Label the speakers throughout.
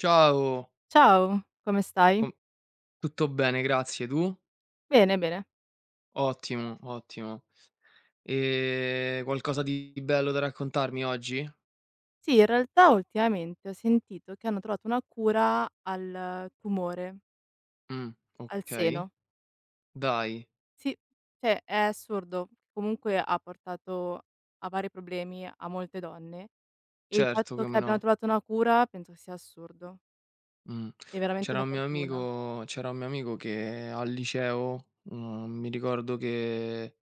Speaker 1: Ciao,
Speaker 2: Ciao, come stai?
Speaker 1: com tutto bene, grazie. Tu?
Speaker 2: Bene, bene.
Speaker 1: Ottimo, ottimo. Qualcosa di bello da raccontarmi oggi?
Speaker 2: Sì, in realtà ultimamente ho sentito che hanno trovato una cura al tumore
Speaker 1: Mh,
Speaker 2: al
Speaker 1: okay.
Speaker 2: seno.
Speaker 1: Dai,
Speaker 2: Sì, cioè è assurdo. Comunque ha portato a vari problemi a molte donne e il
Speaker 1: certo,
Speaker 2: fatto che
Speaker 1: come
Speaker 2: abbiano
Speaker 1: no.
Speaker 2: trovato una cura penso sia assurdo.
Speaker 1: Mh.
Speaker 2: È veramente
Speaker 1: C'era
Speaker 2: una
Speaker 1: un mio
Speaker 2: fortuna.
Speaker 1: amico c'era un mio amico che al liceo, mi ricordo che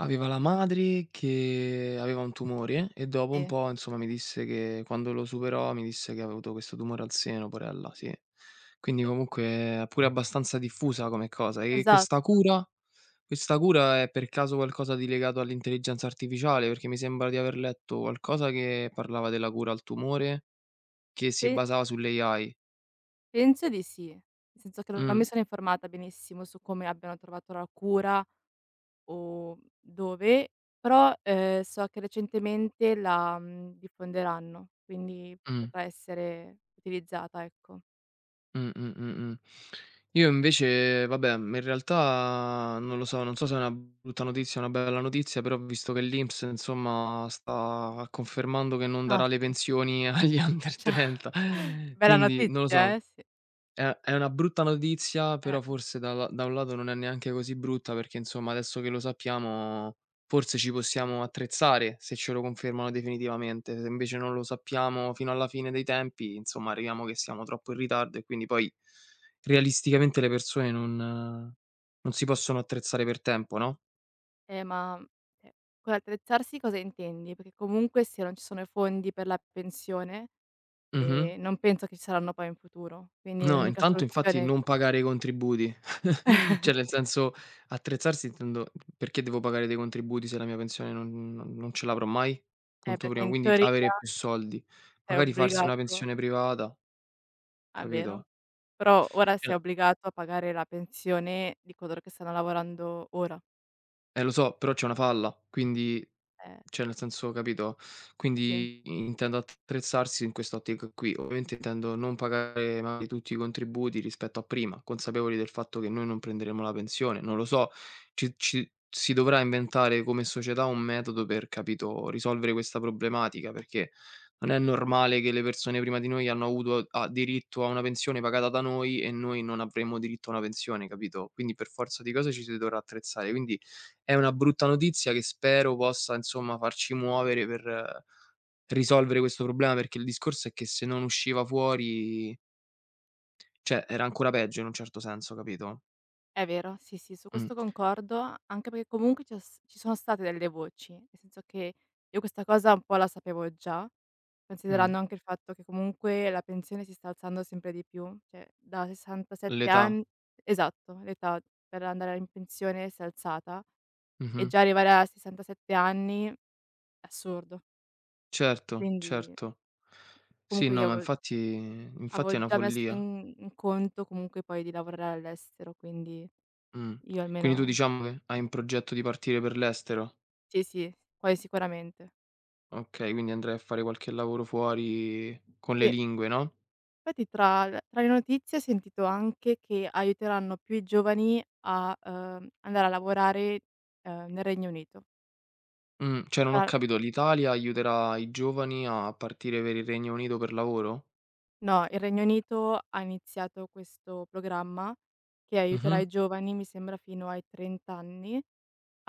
Speaker 1: aveva la madre che aveva un tumore e dopo un
Speaker 2: Sì,
Speaker 1: po', insomma, mi disse che quando lo superò, mi disse che aveva avuto questo tumore al seno, porella, sì. Quindi
Speaker 2: sì,
Speaker 1: comunque è pure abbastanza diffusa come cosa. E questa
Speaker 2: esatto.
Speaker 1: cura questa cura è per caso qualcosa di legato all'intelligenza artificiale? Perché mi sembra di aver letto qualcosa che parlava della cura al tumore, che si
Speaker 2: Pe
Speaker 1: basava sull'AI.
Speaker 2: penso di sì. Nel senso che non
Speaker 1: Mh,
Speaker 2: mi sono informata benissimo su come abbiano trovato la cura o dove, però, so che recentemente la, diffonderanno, quindi
Speaker 1: mh.
Speaker 2: potrà essere utilizzata, ecco.
Speaker 1: Mh, mh, mh, mh. Io invece vabbè, in realtà non lo so, non so se è una brutta notizia o una bella notizia, però ho visto che l'INPS insomma sta confermando che non
Speaker 2: Ah
Speaker 1: darà le
Speaker 2: sì,
Speaker 1: pensioni agli under 30.
Speaker 2: bella
Speaker 1: Quindi non lo
Speaker 2: notizia
Speaker 1: so,
Speaker 2: sì,
Speaker 1: è una brutta notizia,
Speaker 2: eh.
Speaker 1: però forse dalla da un lato non è neanche così brutta, perché insomma adesso che lo sappiamo forse ci possiamo attrezzare, se ce lo confermano definitivamente. Se invece non lo sappiamo fino alla fine dei tempi, insomma arriviamo che siamo troppo in ritardo e quindi poi realisticamente le persone non si possono attrezzare per tempo, no.
Speaker 2: Ma, cioè, con attrezzarsi cosa intendi? Perché comunque se non ci sono i fondi per la pensione,
Speaker 1: Mh-mh.
Speaker 2: non penso che ci saranno poi in futuro, quindi
Speaker 1: No,
Speaker 2: l'unica
Speaker 1: intanto infatti
Speaker 2: soluzione
Speaker 1: non pagare i contributi. Cioè nel senso, attrezzarsi intendo, perché devo pagare dei contributi se la mia pensione non ce l'avrò mai? Punto
Speaker 2: perché
Speaker 1: primo,
Speaker 2: in
Speaker 1: quindi t
Speaker 2: teoria
Speaker 1: avere più soldi.
Speaker 2: sei
Speaker 1: Magari farsi una
Speaker 2: obbligato.
Speaker 1: pensione privata,
Speaker 2: Ah, vero.
Speaker 1: capito?
Speaker 2: Però ora sei
Speaker 1: Cioè
Speaker 2: obbligato a pagare la pensione di coloro che stanno lavorando ora.
Speaker 1: lo so, però c'è una falla, quindi
Speaker 2: Eh.
Speaker 1: cioè nel senso capito?
Speaker 2: Sì,
Speaker 1: Quindi intendo attrezzarsi in quest'ottica qui. Ovviamente intendo non pagare magari tutti i contributi rispetto a prima, consapevoli del fatto che noi non prenderemo la pensione, non lo so, ci si dovrà inventare come società un metodo per, capito, risolvere questa problematica, perché non è normale che le persone prima di noi hanno avuto ha diritto a una pensione pagata da noi e noi non avremmo diritto a una pensione, capito? Quindi per forza di cose ci si dovrà attrezzare. Quindi è una brutta notizia che spero possa, insomma, farci muovere per risolvere questo problema, perché il discorso è che se non usciva fuori cioè era ancora peggio in un certo senso, capito?
Speaker 2: è vero, sì, sì, su
Speaker 1: Mh,
Speaker 2: questo concordo, anche perché comunque c'è s ci sono state delle voci, nel senso che io questa cosa un po' la sapevo già,
Speaker 1: mh,
Speaker 2: considerando anche il fatto che comunque la pensione si sta alzando sempre di più, cioè da 67.
Speaker 1: l'età.
Speaker 2: Ann Esatto, l'età per andare in pensione si è alzata e
Speaker 1: Mh-mh.
Speaker 2: già arrivare a 67 anni è assurdo.
Speaker 1: Certo,
Speaker 2: Quindi
Speaker 1: certo. Sì,
Speaker 2: comunque
Speaker 1: no,
Speaker 2: io
Speaker 1: ma
Speaker 2: avevo
Speaker 1: infatti è
Speaker 2: Avevo
Speaker 1: una
Speaker 2: già messo
Speaker 1: follia.
Speaker 2: in conto comunque poi di lavorare all'estero, quindi
Speaker 1: Mh.
Speaker 2: io
Speaker 1: Quindi tu
Speaker 2: almeno
Speaker 1: diciamo che hai in progetto di partire per l'estero?
Speaker 2: sì, sì, poi sicuramente.
Speaker 1: Okay, quindi andrai a fare qualche lavoro fuori con le
Speaker 2: Sì,
Speaker 1: lingue, no?
Speaker 2: infatti tra le notizie ho sentito anche che aiuteranno più i giovani a andare a lavorare, nel Regno Unito.
Speaker 1: Cioè non ho
Speaker 2: Tra
Speaker 1: capito, l'Italia aiuterà i giovani a partire per il Regno Unito per lavoro?
Speaker 2: no, il Regno Unito ha iniziato questo programma che
Speaker 1: Mh-mh,
Speaker 2: aiuterà i giovani, mi sembra fino ai 30 anni,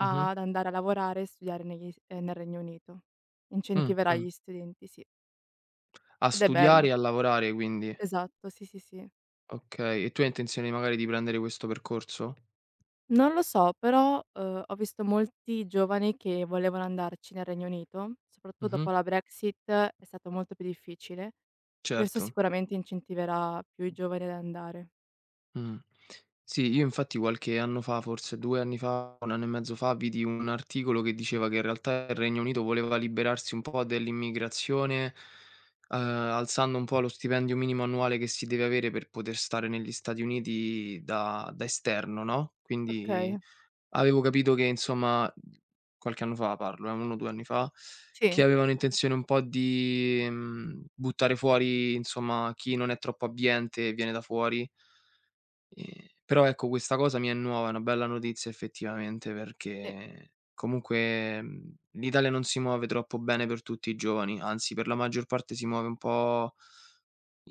Speaker 1: mh-mh,
Speaker 2: andare a lavorare e studiare negli s nel Regno Unito. Incentiverà
Speaker 1: mh.
Speaker 2: gli studenti, sì,
Speaker 1: A
Speaker 2: ed è
Speaker 1: studiare
Speaker 2: bello.
Speaker 1: e a lavorare quindi.
Speaker 2: Esatto, sì, sì, sì.
Speaker 1: Okay, e tu hai intenzione magari di prendere questo percorso?
Speaker 2: Non lo so, però, ho visto molti giovani che volevano andarci nel Regno Unito, soprattutto
Speaker 1: Mh-mh,
Speaker 2: dopo la Brexit è stato molto più difficile. Questo
Speaker 1: certo.
Speaker 2: sicuramente incentiverà più i giovani ad andare.
Speaker 1: Mh. Sì, io infatti qualche anno fa, forse 2 anni fa, 1 anno e mezzo fa, vidi un articolo che diceva che in realtà il Regno Unito voleva liberarsi un po' dell'immigrazione, alzando un po' lo stipendio minimo annuale che si deve avere per poter stare negli Stati Uniti da esterno, no, quindi
Speaker 2: Okay,
Speaker 1: avevo capito che insomma qualche anno fa parlo, 1 o 2 anni fa, che
Speaker 2: sì,
Speaker 1: avevano intenzione un po' di, buttare fuori insomma chi non è troppo abbiente e viene da fuori. Però ecco, questa cosa mi è nuova, è una bella notizia effettivamente
Speaker 2: sì,
Speaker 1: perché comunque, l'Italia non si muove troppo bene per tutti i giovani, anzi per la maggior parte si muove un po'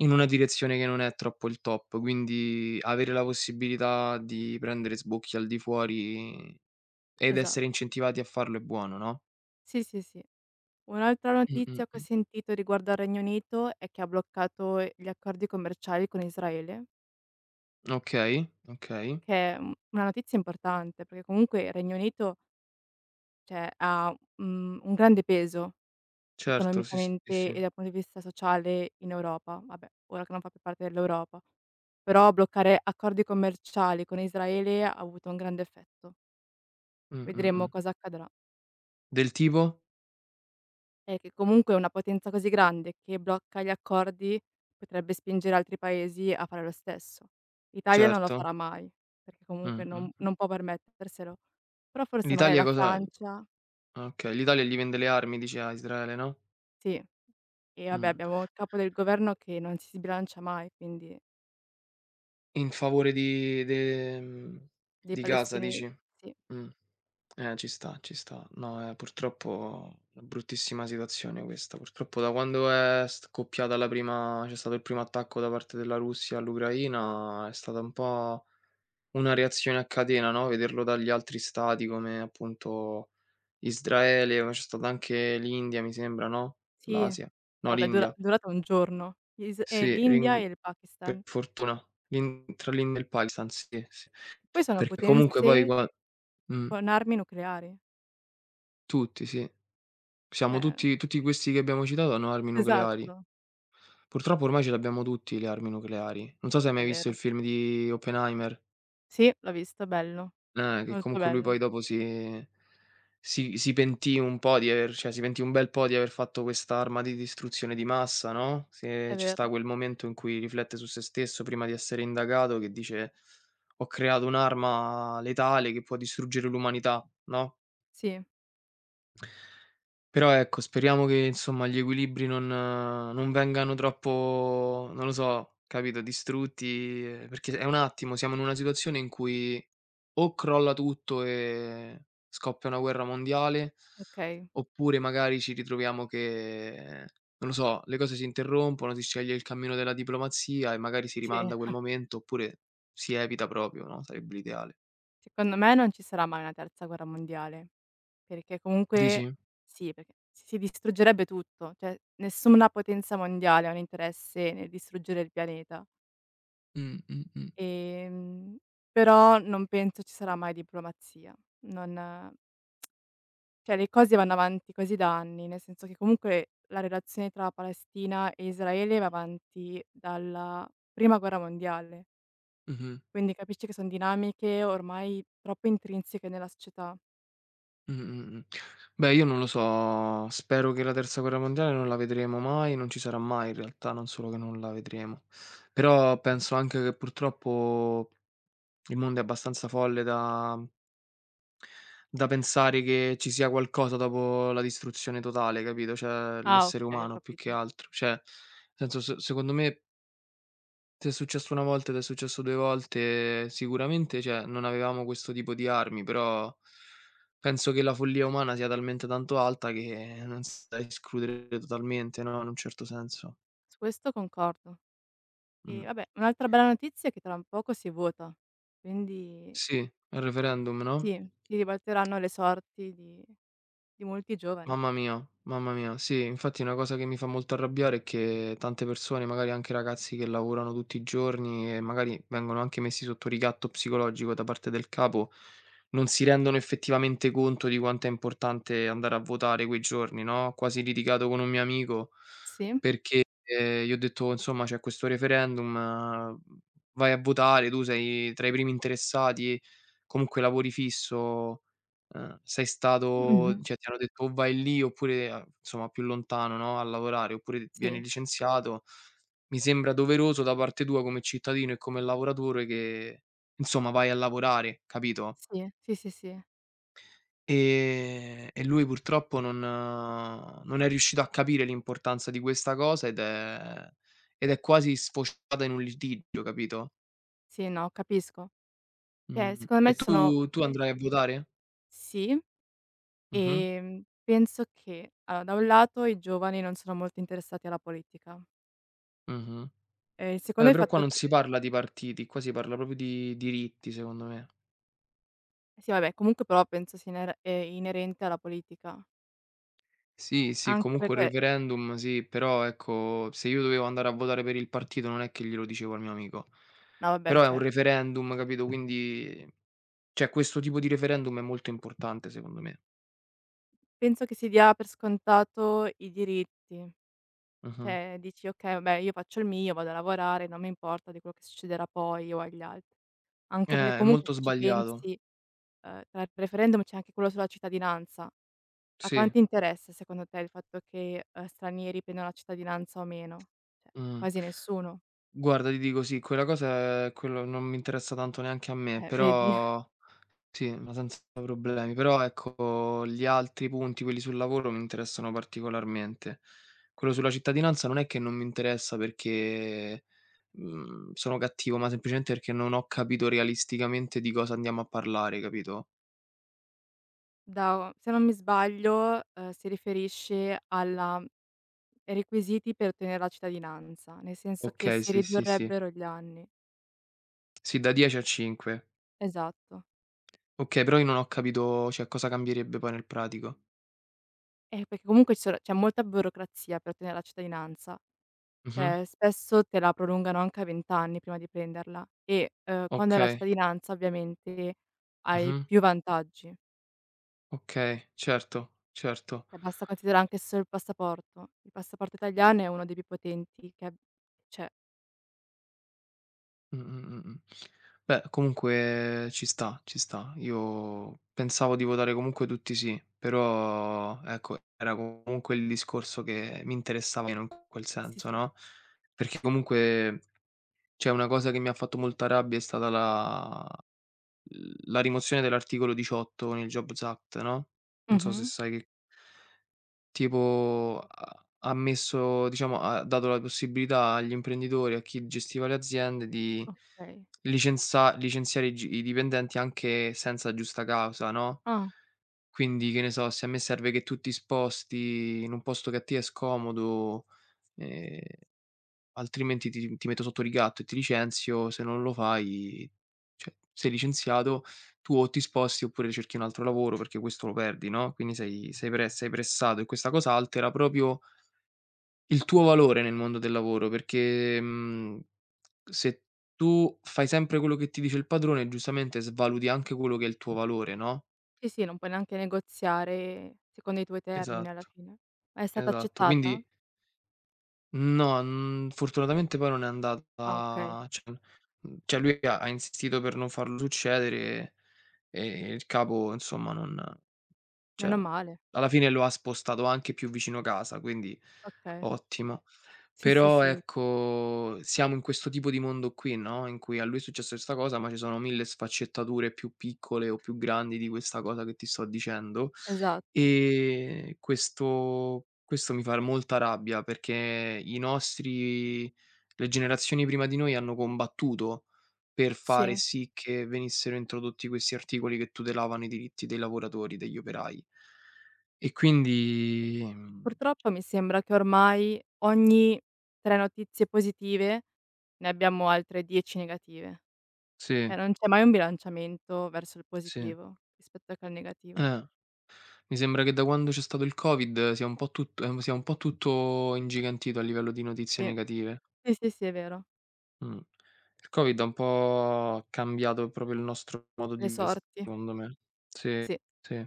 Speaker 1: in una direzione che non è troppo il top, quindi avere la possibilità di prendere sbocchi al di fuori ed essere
Speaker 2: esatto.
Speaker 1: incentivati a farlo è buono, no?
Speaker 2: Sì, sì, sì. Un'altra
Speaker 1: Mh, mh,
Speaker 2: notizia che ho
Speaker 1: mh.
Speaker 2: sentito riguardo al Regno Unito è che ha bloccato gli accordi commerciali con Israele,
Speaker 1: Okay, okay.
Speaker 2: che è, una notizia importante, perché comunque il Regno Unito, cioè ha, un grande peso.
Speaker 1: Certo, sì, sì, sì,
Speaker 2: Economicamente
Speaker 1: sì.
Speaker 2: e dal punto di vista sociale in Europa, vabbè, ora che non fa più parte dell'Europa. Però bloccare accordi commerciali con Israele ha avuto un grande effetto.
Speaker 1: Mh, mh,
Speaker 2: Vedremo
Speaker 1: mh.
Speaker 2: cosa accadrà.
Speaker 1: Del tipo?
Speaker 2: Che comunque una potenza così grande che blocca gli accordi potrebbe spingere altri paesi a fare lo stesso. L'Italia non lo
Speaker 1: Certo.
Speaker 2: farà mai, perché
Speaker 1: Mh,
Speaker 2: comunque
Speaker 1: mh,
Speaker 2: non
Speaker 1: mh.
Speaker 2: non può permetterselo. Però forse magari
Speaker 1: L'Italia
Speaker 2: la
Speaker 1: cosa
Speaker 2: Francia
Speaker 1: Ah, okay. L'Italia gli vende le armi dici a Israele, no,
Speaker 2: sì, e vabbè
Speaker 1: mh.
Speaker 2: abbiamo il capo del governo che non si sbilancia mai, quindi
Speaker 1: In favore
Speaker 2: dei
Speaker 1: di Gaza dici?
Speaker 2: palestinesi, sì.
Speaker 1: Mh. Ci sta, ci sta. No, purtroppo una bruttissima situazione questa. Purtroppo da quando è scoppiata la prima c'è stato il primo attacco da parte della Russia all'Ucraina, è stata un po' una reazione a catena, no, vederlo dagli altri stati come appunto Israele, poi c'è stata anche l'India mi sembra, no,
Speaker 2: Sì, eh
Speaker 1: l'Asia? No,
Speaker 2: vabbè dura è
Speaker 1: l'India.
Speaker 2: durata un giorno. Is
Speaker 1: Sì,
Speaker 2: L'India
Speaker 1: l'in
Speaker 2: e il
Speaker 1: per
Speaker 2: Pakistan.
Speaker 1: fortuna. L'in tra l'India e il Pakistan, sì, sì, sì.
Speaker 2: Poi sono
Speaker 1: Perché comunque poi
Speaker 2: potenze
Speaker 1: qua mh,
Speaker 2: con armi nucleari.
Speaker 1: tutti, sì. Siamo
Speaker 2: Cioè
Speaker 1: tutti Tutti questi che abbiamo citato hanno armi nucleari.
Speaker 2: esatto,
Speaker 1: Purtroppo ormai ce l'abbiamo tutti le armi nucleari. Non so se hai
Speaker 2: è
Speaker 1: mai visto
Speaker 2: vero.
Speaker 1: il film di Oppenheimer.
Speaker 2: Sì, l'ho visto, bello,
Speaker 1: Che
Speaker 2: molto
Speaker 1: comunque lui
Speaker 2: bello.
Speaker 1: poi dopo si si pentì un po' di aver, cioè, si pentì un bel po' di aver fatto quest'arma di distruzione di massa, no, se
Speaker 2: È
Speaker 1: c'è sta
Speaker 2: vero.
Speaker 1: quel momento in cui riflette su se stesso prima di essere indagato che dice: "Ho creato un'arma letale che può distruggere l'umanità", no?
Speaker 2: Sì,
Speaker 1: Però ecco, speriamo che insomma gli equilibri non vengano troppo, non lo so, capito, distrutti, perché è un attimo, siamo in una situazione in cui o crolla tutto e scoppia una guerra mondiale,
Speaker 2: okay.
Speaker 1: oppure magari ci ritroviamo che, non lo so, le cose si interrompono, si sceglie il cammino della diplomazia e magari si
Speaker 2: Sì,
Speaker 1: rimanda quel momento, oppure si evita proprio, no, sarebbe l'ideale.
Speaker 2: secondo me non ci sarà mai una terza guerra mondiale, perché
Speaker 1: Dici?
Speaker 2: comunque sì, perché si distruggerebbe tutto, cioè nessuna potenza mondiale ha un interesse nel distruggere il pianeta.
Speaker 1: Mh, mh, mh.
Speaker 2: Ehm, Però non penso ci sarà mai diplomazia. Non Cioè le cose vanno avanti così da anni, nel senso che comunque la relazione tra Palestina e Israele va avanti dalla prima guerra mondiale,
Speaker 1: Mh-mh.
Speaker 2: quindi capisci che son dinamiche ormai troppo intrinseche nella società.
Speaker 1: Mh, mh, mh. Beh, io non lo so, spero che la terza guerra mondiale non la vedremo mai, non ci sarà mai in realtà, non solo che non la vedremo. Però penso anche che purtroppo il mondo è abbastanza folle da pensare che ci sia qualcosa dopo la distruzione totale, capito, cioè
Speaker 2: Ah
Speaker 1: l'essere
Speaker 2: okay, ho
Speaker 1: umano più che
Speaker 2: capito.
Speaker 1: altro. Cioè, senso se secondo me t'è successo 1 volta ed è successo 2 volte, sicuramente cioè, non avevamo questo tipo di armi, però penso che la follia umana sia talmente tanto alta che non si da escludere totalmente, no, in un certo senso.
Speaker 2: Su questo concordo. E
Speaker 1: Mh.
Speaker 2: vabbè, un'altra bella notizia è che tra poco si vota, quindi
Speaker 1: Sì, al referendum, no?
Speaker 2: sì, si ribalteranno le sorti di molti giovani.
Speaker 1: Mamma mia, mamma mia. Sì, infatti una cosa che mi fa molto arrabbiare è che tante persone, magari anche ragazzi che lavorano tutti i giorni e magari vengono anche messi sotto ricatto psicologico da parte del capo, non si rendono effettivamente conto di quanto è importante andare a votare quei giorni, no, ho quasi litigato con un mio amico
Speaker 2: Sì.
Speaker 1: perché, gli ho detto: "Insomma, c'è questo referendum, vai a votare, tu sei tra i primi interessati, comunque lavori fisso". Sei stato
Speaker 2: Mh-mh.
Speaker 1: cioè ti hanno detto o vai lì oppure a insomma più lontano, no, a lavorare, oppure vieni
Speaker 2: Sì,
Speaker 1: licenziato. Mi sembra doveroso da parte tua come cittadino e come lavoratore che, insomma, vai a lavorare, capito?
Speaker 2: sì, sì, sì, sì.
Speaker 1: E lui purtroppo non è riuscito a capire l'importanza di questa cosa ed è quasi sfociata in un litigio, capito?
Speaker 2: Sì, no, capisco. Cioè,
Speaker 1: Mh.
Speaker 2: secondo
Speaker 1: E
Speaker 2: me ci
Speaker 1: tu
Speaker 2: sono
Speaker 1: tu andrai a votare?
Speaker 2: sì,
Speaker 1: Mh-mh,
Speaker 2: penso che allora, da un lato i giovani non sono molto interessati alla politica.
Speaker 1: mh-mh.
Speaker 2: Secondo
Speaker 1: Vabbè,
Speaker 2: il
Speaker 1: però qua
Speaker 2: fatto
Speaker 1: non
Speaker 2: che
Speaker 1: si parla di partiti, qua si parla proprio di diritti, secondo me.
Speaker 2: sì, vabbè, comunque però penso sia inerente alla politica,
Speaker 1: Sì, sì,
Speaker 2: anche
Speaker 1: comunque un
Speaker 2: perché
Speaker 1: referendum sì, però ecco, se io dovevo andare a votare per il partito non è che glielo dicevo al mio amico.
Speaker 2: no, vabbè,
Speaker 1: Però è un
Speaker 2: certo.
Speaker 1: referendum, capito? Quindi cioè questo tipo di referendum è molto importante secondo me.
Speaker 2: Penso che si dia per scontato i diritti.
Speaker 1: Mh-mh.
Speaker 2: Cioè, dici: "Okay, vabbè, io faccio il mio, vado a lavorare, non mi importa di quello che succederà poi o agli altri". Anche perché
Speaker 1: È
Speaker 2: comunque
Speaker 1: molto
Speaker 2: se ci
Speaker 1: sbagliato.
Speaker 2: pensi, tra il referendum c'è anche quello sulla cittadinanza. A
Speaker 1: Sì,
Speaker 2: quanti interessa secondo te il fatto che, stranieri prendano la cittadinanza o meno? Cioè,
Speaker 1: mh.
Speaker 2: quasi nessuno.
Speaker 1: Guarda, ti dico sì, quella cosa è, quello non mi interessa tanto neanche a me,
Speaker 2: Vedi?
Speaker 1: però sì, ma senza problemi. Però ecco, gli altri punti, quelli sul lavoro, mi interessano particolarmente. Quello sulla cittadinanza non è che non mi interessa perché, sono cattivo, ma semplicemente perché non ho capito realisticamente di cosa andiamo a parlare, capito?
Speaker 2: Da Se non mi sbaglio, si riferisce alla ai requisiti per ottenere la cittadinanza, nel senso che
Speaker 1: Okay,
Speaker 2: si
Speaker 1: sì, sì, sì.
Speaker 2: ridurrebbero gli anni.
Speaker 1: Sì, da 10 a 5.
Speaker 2: Esatto.
Speaker 1: Okay, però io non ho capito, cioè, cosa cambierebbe poi nel pratico.
Speaker 2: Perché comunque ci sono c'è molta burocrazia per ottenere la cittadinanza.
Speaker 1: Mh-mh.
Speaker 2: Cioè, spesso te la prolungano anche a 20 anni prima di prenderla e, quando hai la
Speaker 1: Okay.
Speaker 2: cittadinanza ovviamente hai
Speaker 1: Mh-mh.
Speaker 2: più vantaggi.
Speaker 1: Okay, certo, certo.
Speaker 2: Cioè, basta considerare anche solo il passaporto. Il passaporto italiano è uno dei più potenti che. Ab Cioè
Speaker 1: Mh, mh, mh, mh. Beh, comunque ci sta, ci sta. Io pensavo di votare comunque tutti sì, però ecco, era comunque il discorso che mi interessava meno in quel
Speaker 2: sì,
Speaker 1: senso,
Speaker 2: sì.
Speaker 1: no, perché comunque cioè una cosa che mi ha fatto molta rabbia è stata la rimozione dell'articolo 18 con il Jobs Act, no, non so se
Speaker 2: Mh-mh.
Speaker 1: sai che tipo ha ha messo diciamo ha dato la possibilità agli imprenditori, a chi gestiva le aziende di
Speaker 2: Okay.
Speaker 1: licenza licenziare i gi i dipendenti anche senza giusta causa, no,
Speaker 2: Ah,
Speaker 1: quindi che ne so, se a me serve che tu ti sposti in un posto che a te è scomodo, ehm altrimenti ti metto sotto ricatto e ti licenzio, se non lo fai cioè sei licenziato, tu o ti sposti oppure cerchi un altro lavoro perché questo lo perdi, no, quindi sei pressato e questa cosa altera proprio il tuo valore nel mondo del lavoro perché, se tu fai sempre quello che ti dice il padrone, giustamente svaluti anche quello che è il tuo valore, no?
Speaker 2: sì, sì, non puoi neanche negoziare secondo i tuoi termini alla
Speaker 1: Esatto,
Speaker 2: fine. Ma è stata
Speaker 1: esatto.
Speaker 2: accettata?
Speaker 1: Quindi no, fortunatamente poi non è
Speaker 2: Ah, okay.
Speaker 1: andata cioè cioè lui ha insistito per non farlo succedere e il capo insomma non cioè
Speaker 2: Meno male.
Speaker 1: alla fine lo ha spostato anche più vicino casa, quindi
Speaker 2: Okay.
Speaker 1: ottimo.
Speaker 2: Sì, sì,
Speaker 1: Però
Speaker 2: sì,
Speaker 1: ecco, siamo in questo tipo di mondo qui, no, in cui a lui è successa sta cosa, ma ci sono 1000 sfaccettature più piccole o più grandi di questa cosa che ti sto dicendo.
Speaker 2: esatto.
Speaker 1: E questo mi fa molta rabbia perché i nostri le generazioni prima di noi hanno combattuto per
Speaker 2: Sì.
Speaker 1: fare sì che venissero introdotti questi articoli che tutelavano i diritti dei lavoratori, degli operai. E quindi
Speaker 2: Purtroppo mi sembra che ormai ogni 3 notizie positive ne abbiamo altre 10 negative.
Speaker 1: sì,
Speaker 2: Cioè non c'è mai un bilanciamento verso il
Speaker 1: sì.
Speaker 2: positivo rispetto che al negativo.
Speaker 1: Eh. Mi sembra che da quando c'è stato il Covid sia un po' tutto ingigantito a livello di notizie
Speaker 2: Sì,
Speaker 1: negative.
Speaker 2: sì, sì, sì, è vero.
Speaker 1: Mh. Il Covid ha un po' cambiato proprio il nostro modo di
Speaker 2: Le
Speaker 1: vivere
Speaker 2: sorti.
Speaker 1: secondo me. Sì,
Speaker 2: Sì,
Speaker 1: sì.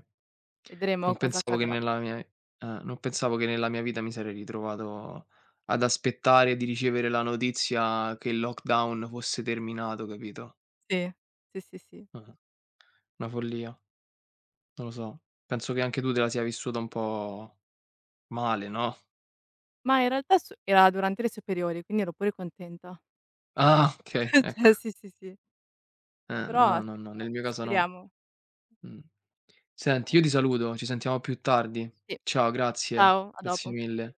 Speaker 2: vedremo
Speaker 1: Non
Speaker 2: cosa
Speaker 1: pensavo che
Speaker 2: accadrà.
Speaker 1: nella mia Non pensavo che nella mia vita mi sarei ritrovato ad aspettare di ricevere la notizia che il lockdown fosse terminato, capito?
Speaker 2: Sì, sì, sì, sì.
Speaker 1: Eh, una follia, non lo so. Penso che anche tu te la sia vissuta un po' male, no?
Speaker 2: Ma in realtà su era durante le superiori, quindi ero pure contenta.
Speaker 1: Ah, okay, ecco.
Speaker 2: Cioè sì, sì, sì. Però
Speaker 1: No, no,
Speaker 2: sì,
Speaker 1: no, nel mio caso no.
Speaker 2: speriamo.
Speaker 1: Mh. Senti, io ti
Speaker 2: Eh,
Speaker 1: saluto, ci sentiamo più tardi.
Speaker 2: sì.
Speaker 1: Ciao, grazie.
Speaker 2: Ciao, a
Speaker 1: Grazie
Speaker 2: dopo.
Speaker 1: mille.